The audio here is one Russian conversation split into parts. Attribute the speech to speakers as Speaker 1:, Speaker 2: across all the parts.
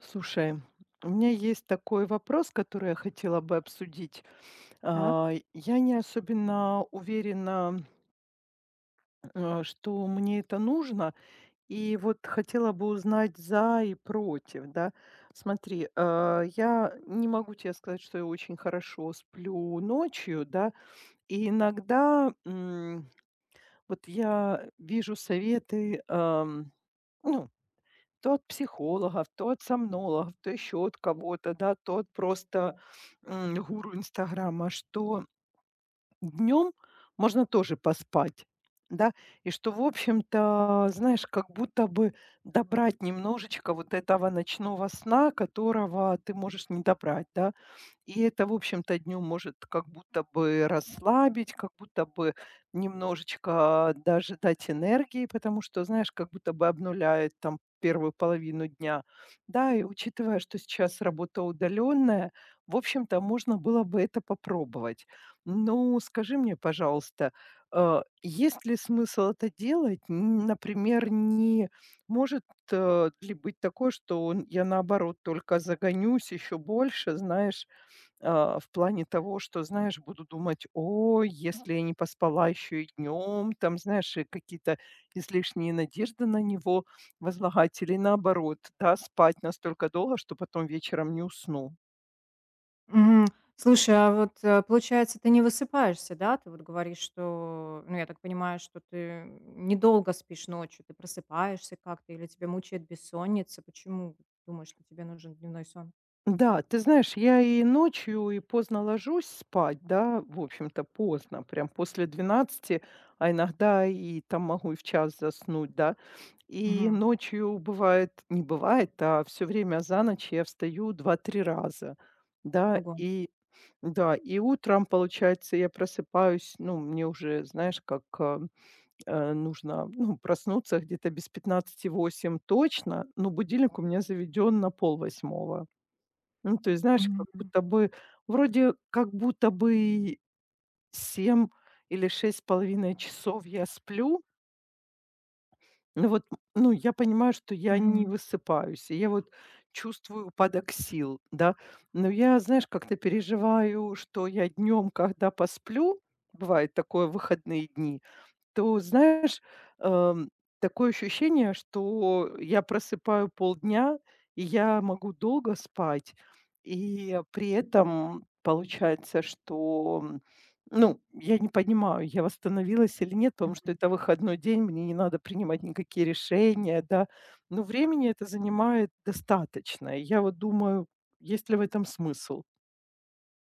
Speaker 1: Слушай, у меня есть такой вопрос, который я хотела бы обсудить.
Speaker 2: Так.
Speaker 1: Я не особенно уверена, что мне это нужно, и вот хотела бы узнать за и против, да. Смотри, я не могу тебе сказать, что я очень хорошо сплю ночью, да, и иногда вот я вижу советы, ну, то от психологов, то от сомнологов, то еще от кого-то, да, то от просто гуру Инстаграма, что днем можно тоже поспать, да, и что, в общем-то, знаешь, как будто бы добрать немножечко вот этого ночного сна, которого ты можешь не добрать, да, и это, в общем-то, днем может как будто бы расслабить, как будто бы немножечко даже дать энергии, потому что, знаешь, как будто бы обнуляет там первую половину дня. Да, и учитывая, что сейчас работа удаленная, в общем-то, можно было бы это попробовать. Ну, скажи мне, пожалуйста, есть ли смысл это делать? Например, не может ли быть такое, что я наоборот только загонюсь еще больше, знаешь, в плане того, что, знаешь, буду думать, о, если я не поспала еще и днем, там, знаешь, и какие-то излишние надежды на него возлагать, или наоборот, да, спать настолько долго, что потом вечером не усну.
Speaker 2: Мгм. Слушай, получается, ты не высыпаешься, да? Ты вот говоришь, что, ну, я так понимаю, что ты недолго спишь ночью, ты просыпаешься как-то или тебя мучает бессонница? Почему ты думаешь, что тебе нужен дневной сон?
Speaker 1: Да, ты знаешь, я и ночью, и поздно ложусь спать, да, в общем-то, поздно, прям после 12, а иногда и там могу и в час заснуть, да. И
Speaker 2: Мгм.
Speaker 1: ночью бывает, не бывает, а все время за ночь я встаю 2-3 раза, да,
Speaker 2: Другой.
Speaker 1: и да, и утром, получается, я просыпаюсь, ну, мне уже, знаешь, как нужно, ну, проснуться где-то без 7:45 точно, но будильник у меня заведен на пол, ну, то есть, знаешь,
Speaker 2: Мгм.
Speaker 1: как
Speaker 2: Мгм.
Speaker 1: будто бы, вроде как будто бы 7 или 6,5 часов я сплю, но вот, ну, я понимаю, что я не
Speaker 2: Мгм.
Speaker 1: высыпаюсь, и я вот чувствую упадок сил, да. Но я, знаешь, как-то переживаю, что я днем, когда посплю, бывает такое в выходные дни, то знаешь, эм, такое ощущение, что я просыпаю полдня, и я могу долго спать. И при этом получается, что, ну, я не понимаю, я восстановилась или нет, потому что это выходной день, мне не надо принимать никакие решения, да. Но времени это занимает достаточно. И я вот думаю, есть ли в этом смысл?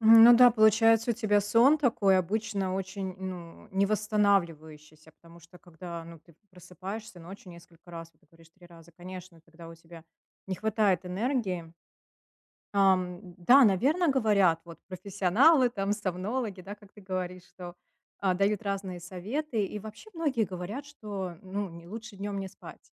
Speaker 2: Мгм. Ну да, получается, у тебя сон такой обычно очень, ну, невосстанавливающийся, потому что когда, ну, ты просыпаешься ночью несколько раз, вот ты говоришь 3 раза, конечно, тогда у тебя не хватает энергии. Да, наверное, говорят вот профессионалы, там, сомнологи, да, как ты говоришь, что, дают разные советы. И вообще многие говорят, что, ну, не лучше днем не спать.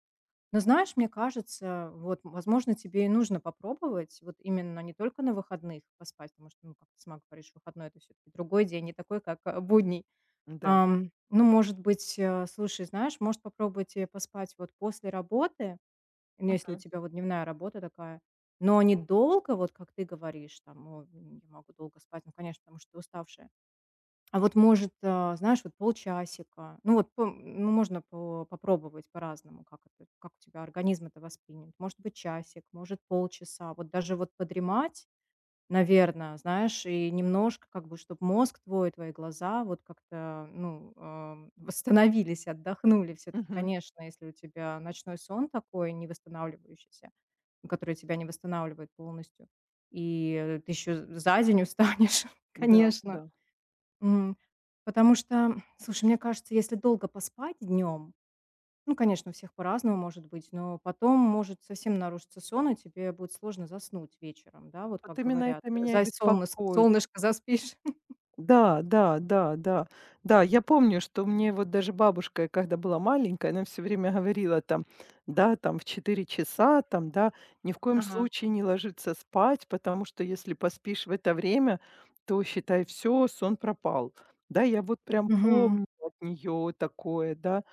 Speaker 2: Но знаешь, мне кажется, вот, возможно, тебе и нужно попробовать вот именно не только на выходных поспать, потому что, ну, как ты сама говоришь, выходной — это все таки другой день, не такой, как, будний.
Speaker 1: Да.
Speaker 2: Ну, может быть, слушай, знаешь, может попробовать, поспать вот после работы. Ну, если у
Speaker 1: Мгм.
Speaker 2: тебя вот дневная работа такая. Но недолго, вот как ты говоришь, там, о, я могу долго спать, ну, конечно, потому что ты уставшая. А вот, может, знаешь, вот полчасика. Ну, вот, можно по попробовать по-разному, как это, как у тебя организм это воспримет. Может быть, часик, может, полчаса. Вот даже вот подремать, наверное, знаешь, и немножко как бы, чтобы мозг твой, твои глаза вот как-то, ну, восстановились, отдохнули. Все-таки,
Speaker 1: Мгм.
Speaker 2: конечно, если у тебя ночной сон такой невосстанавливающийся, которые тебя не восстанавливают полностью. И ты еще за день устанешь,
Speaker 1: Да,
Speaker 2: конечно.
Speaker 1: да.
Speaker 2: М. Потому что, слушай, мне кажется, если долго поспать днем, ну, конечно, у всех по-разному может быть, но потом может совсем нарушиться сон, и тебе будет сложно заснуть вечером, да, вот как
Speaker 1: Вот именно
Speaker 2: говорят:
Speaker 1: это меня и
Speaker 2: за солнышко
Speaker 1: беспокоит.
Speaker 2: солнышко, заспишь".
Speaker 1: Да, да, да, да. Да, я помню, что мне вот даже бабушка, когда была маленькая, она все время говорила там, да, там в 4 часа, там, да, ни в коем
Speaker 2: Ага.
Speaker 1: случае не ложиться спать, потому что если поспишь в это время, то считай все, сон пропал. Да, я вот прям
Speaker 2: Мгм.
Speaker 1: помню от нее такое, да.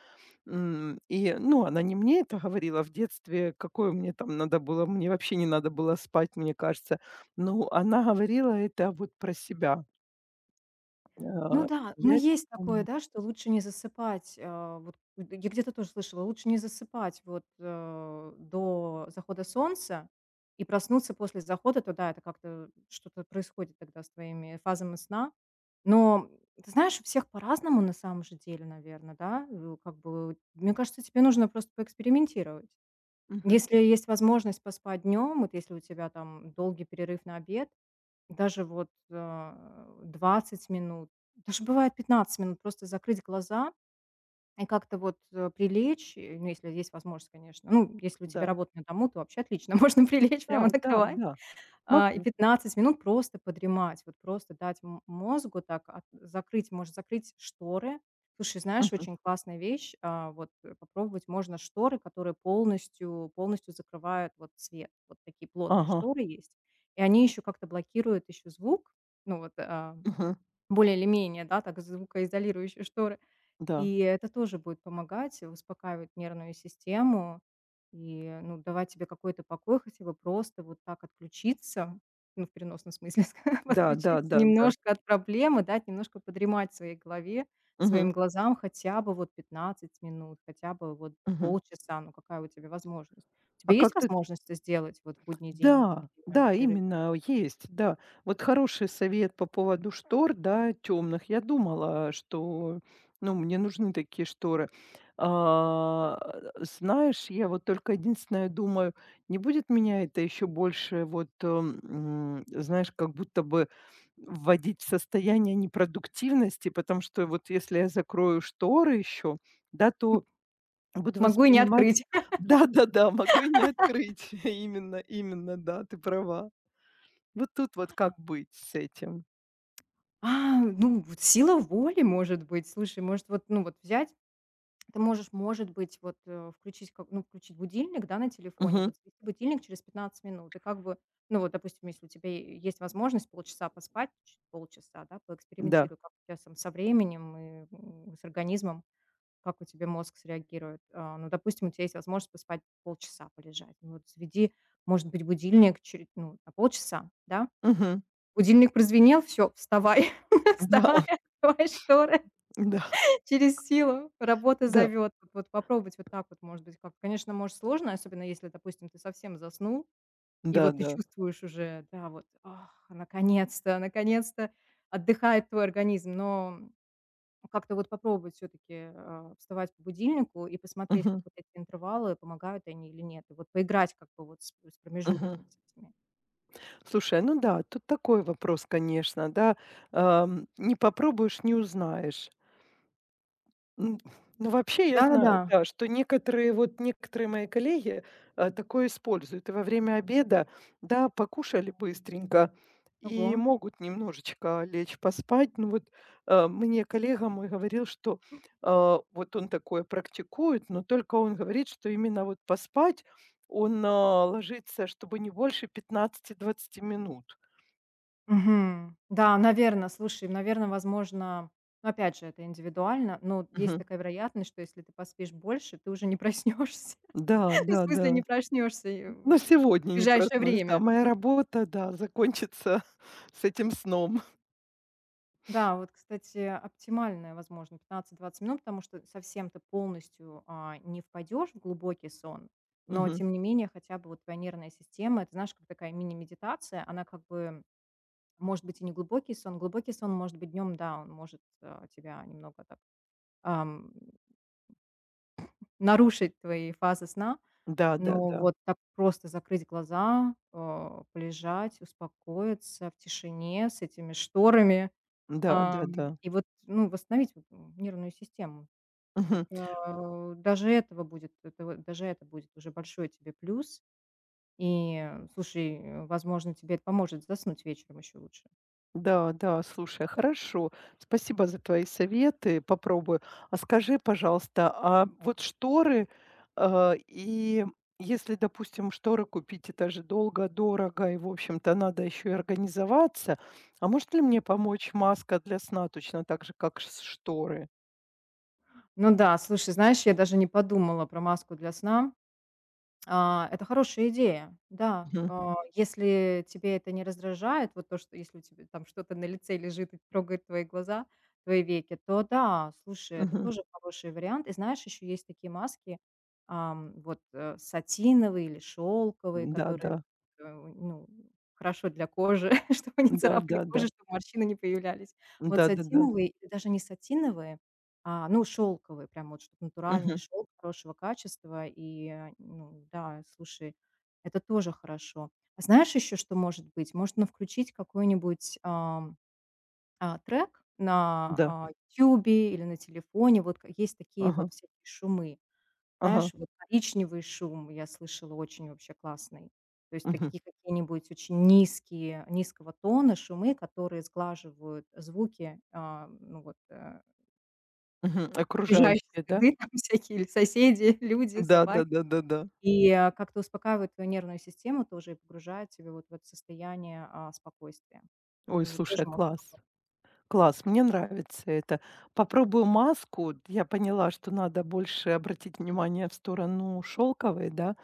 Speaker 1: И, ну, она не мне это говорила в детстве, какое мне там надо было, мне вообще не надо было спать, мне кажется. Но она говорила это вот про себя.
Speaker 2: Ну
Speaker 1: А,
Speaker 2: да, ну
Speaker 1: я это
Speaker 2: есть такое,
Speaker 1: помню.
Speaker 2: да, что лучше не засыпать. Вот я где-то тоже слышала, лучше не засыпать вот до захода солнца и проснуться после захода туда. Это как-то что-то происходит тогда с твоими фазами сна. Но ты знаешь, у всех по-разному на самом же деле, наверное, да. Как бы мне кажется, тебе нужно просто поэкспериментировать.
Speaker 1: Мгм.
Speaker 2: Если есть возможность поспать днем, вот если у тебя там долгий перерыв на обед, даже вот, 20 минут, даже бывает 15 минут просто закрыть глаза и как-то вот, прилечь, ну, если есть возможность, конечно. Ну, если у тебя
Speaker 1: Да,
Speaker 2: работа на дому, то вообще отлично, можно прилечь
Speaker 1: да,
Speaker 2: прямо на
Speaker 1: да,
Speaker 2: кровать
Speaker 1: да,
Speaker 2: и
Speaker 1: могу.
Speaker 2: 15 минут просто подремать, вот просто дать мозгу так от закрыть, может, закрыть шторы. Слушай, знаешь,
Speaker 1: Мгм.
Speaker 2: очень классная вещь, попробовать можно шторы, которые полностью закрывают вот свет. Вот такие плотные
Speaker 1: Ага.
Speaker 2: шторы есть, и они еще как-то блокируют еще звук. Ну вот,
Speaker 1: Мгм.
Speaker 2: более или менее, да, так звукоизолирующие шторы.
Speaker 1: Да,
Speaker 2: И это тоже будет помогать, успокаивать нервную систему и, ну, давать тебе какой-то покой, хотя бы просто вот так отключиться, ну, в переносном смысле, ска
Speaker 1: да, да,
Speaker 2: отключиться
Speaker 1: да, да.
Speaker 2: немножко от проблемы, дать немножко подремать своей голове,
Speaker 1: Мгм.
Speaker 2: своим глазам хотя бы вот 15 минут, хотя бы вот
Speaker 1: Мгм.
Speaker 2: полчаса. Ну, какая у тебя возможность? У тебя
Speaker 1: А
Speaker 2: есть
Speaker 1: как ты.
Speaker 2: возможность это сделать вот в будний день,
Speaker 1: Да, да,
Speaker 2: перерыв?
Speaker 1: именно, есть, да. Вот хороший совет по поводу штор, да, темных. Я думала, что, ну, мне нужны такие шторы. А, Знаешь, я вот только единственное думаю, не будет меня это еще больше вот, знаешь, как будто бы вводить в состояние непродуктивности, потому что вот если я закрою шторы еще, да, то буду
Speaker 2: Могу и не
Speaker 1: воспринимать.
Speaker 2: открыть.
Speaker 1: Да-да-да, могу и не открыть. Именно, именно, да, ты права. Вот тут вот как быть с этим?
Speaker 2: Ну, вот сила воли, может быть. Слушай, может, вот, ну, вот взять. Ты можешь, может быть, вот, включить как ну, включить будильник, да, на телефоне,
Speaker 1: Мгм.
Speaker 2: вот завести будильник через 15 минут. И как бы, ну, вот, допустим, если у тебя е есть возможность полчаса поспать, ч полчаса, да,
Speaker 1: Да.
Speaker 2: поэкспериментируй, как у тебя там со временем и, с организмом, как у тебя мозг среагирует. Ну, допустим, у тебя есть возможность поспать полчаса, полежать. Ну, вот заведи, может быть, будильник через, ну, на полчаса, да.
Speaker 1: Мгм.
Speaker 2: Будильник прозвенел, все, вставай,
Speaker 1: Да,
Speaker 2: вставай, открывай шторы.
Speaker 1: да,
Speaker 2: Через силу. Работа
Speaker 1: да,
Speaker 2: зовет. Вот вот попробовать вот так вот, может быть, как. Конечно, может, сложно, особенно если, допустим, ты совсем заснул, и вот ты
Speaker 1: да-да.
Speaker 2: чувствуешь уже, да, вот: "Ах, наконец-то, наконец-то отдыхает твой организм". Но как-то вот попробовать все таки вставать по будильнику и посмотреть, как
Speaker 1: Мгм,
Speaker 2: вот эти интервалы, помогают они или нет. И вот поиграть как бы вот с
Speaker 1: мгм.
Speaker 2: промежутками с этими.
Speaker 1: Слушай, ну да, тут такой вопрос, конечно, да. Не попробуешь- не узнаешь. М, ну, вообще, я
Speaker 2: Да-да-да.
Speaker 1: знаю, да, что некоторые, вот некоторые мои коллеги, такое используют. И во время обеда, да, покушали быстренько
Speaker 2: Ого.
Speaker 1: и могут немножечко лечь поспать. Ну, вот, мне коллега мой говорил, что, вот он такое практикует, но только он говорит, что именно вот поспать он, ложится, чтобы не больше 15-20 минут.
Speaker 2: Мгм. Да, наверно, слушай, наверно, возможно, ну, опять же, это индивидуально, но есть
Speaker 1: Мгм.
Speaker 2: такая вероятность, что если ты поспишь больше, ты уже не проснешься.
Speaker 1: Да,
Speaker 2: Ну, в
Speaker 1: да-да.
Speaker 2: смысле, не проснешься и
Speaker 1: Но
Speaker 2: в
Speaker 1: сегодня не
Speaker 2: ближайшее
Speaker 1: проснусь, да.
Speaker 2: время.
Speaker 1: Моя работа, да, закончится с этим сном.
Speaker 2: Да, вот, кстати, оптимальное, возможно, 15-20 минут, потому что совсем ты полностью, не впадешь в глубокий сон, но
Speaker 1: Мгм.
Speaker 2: тем не менее хотя бы вот твоя нервная система, это, знаешь, как такая мини-медитация, она как бы может быть и не глубокий сон. Глубокий сон может быть днем, да, он может, тебя немного так ам, нарушить твои фазы сна. Но
Speaker 1: Да-да-да.
Speaker 2: вот так просто закрыть глаза, полежать, успокоиться в тишине с этими шторами,
Speaker 1: Да-да-да.
Speaker 2: и вот, ну, восстановить вот, нервную систему.
Speaker 1: Мгм.
Speaker 2: Это даже этого будет, это вот даже это будет уже большой тебе плюс. И, слушай, возможно, тебе это поможет заснуть вечером еще лучше.
Speaker 1: Да, да, слушай, хорошо. Спасибо за твои советы, попробую. А скажи, пожалуйста, а вот шторы, и если, допустим, шторы купить, это же долго, дорого, и, в общем-то, надо еще и организоваться. А может ли мне помочь маска для сна точно так же, как ш шторы?
Speaker 2: Ну да, слушай, знаешь, я даже не подумала про маску для сна. Это хорошая идея, да.
Speaker 1: Мгм.
Speaker 2: Если тебе это не раздражает, вот то, что если у тебя там что-то на лице лежит и трогает твои глаза, твои веки, то да, слушай, это
Speaker 1: Мгм.
Speaker 2: тоже хороший вариант. И знаешь, еще есть такие маски, сатиновые или шелковые,
Speaker 1: Да,
Speaker 2: которые
Speaker 1: да.
Speaker 2: ну, хорошо для кожи, чтобы не
Speaker 1: Да,
Speaker 2: царапали
Speaker 1: да, да.
Speaker 2: кожу, чтобы морщины не появлялись. Вот
Speaker 1: Да-да-да.
Speaker 2: сатиновые или даже не сатиновые, ну, шелковый, прям вот, чтоб натуральный
Speaker 1: Мгм.
Speaker 2: шелк хорошего качества. И, ну да, слушай, это тоже хорошо. А знаешь еще, что может быть? Можно включить какой-нибудь, трек на,
Speaker 1: Да.
Speaker 2: "Ютубе" или на телефоне. Вот к Есть такие
Speaker 1: Ага,
Speaker 2: вот всякие шумы.
Speaker 1: ага.
Speaker 2: Знаешь, вот коричневый шум я слышала очень вообще классный. То есть
Speaker 1: Мгм,
Speaker 2: такие какие-нибудь очень низкие низкого тона шумы, которые сглаживают звуки, ну вот,
Speaker 1: мгм.
Speaker 2: окружающей
Speaker 1: Окружающие, да?
Speaker 2: среды, там всякие соседи, люди, собаки.
Speaker 1: Да-да-да-да-да.
Speaker 2: И, как-то успокаивает твою нервную систему тоже и погружает тебя вот в это состояние, спокойствия.
Speaker 1: Ой,
Speaker 2: Тоже
Speaker 1: слушай,
Speaker 2: тоже можно
Speaker 1: класс.
Speaker 2: попробовать,
Speaker 1: Класс, мне нравится это. Попробую маску. Я поняла, что надо больше обратить внимание в сторону шелковой, да,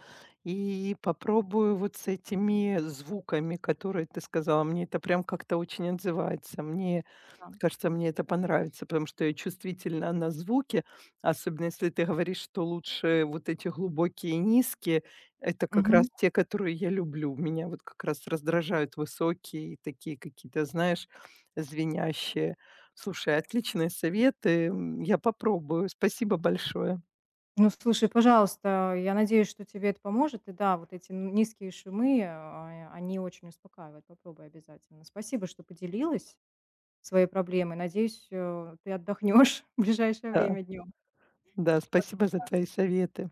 Speaker 1: и попробую вот с этими звуками, которые ты сказала. Мне это прям как-то очень отзывается. Мне
Speaker 2: да.
Speaker 1: кажется, мне это понравится, потому что я чувствительна на звуки, особенно если ты говоришь, что лучше вот эти глубокие и низкие. Это как раз
Speaker 2: Мгм.
Speaker 1: те, которые я люблю. Меня вот как раз раздражают высокие и такие какие-то, знаешь, звенящие. Слушай, отличные советы, я попробую. Спасибо большое.
Speaker 2: Ну, слушай, пожалуйста, я надеюсь, что тебе это поможет. И да, вот эти н низкие шумы, они очень успокаивают. Попробуй обязательно. Спасибо, что поделилась своей проблемой. Надеюсь, ты отдохнешь в ближайшее
Speaker 1: Да,
Speaker 2: время днем.
Speaker 1: да, спасибо за твои советы.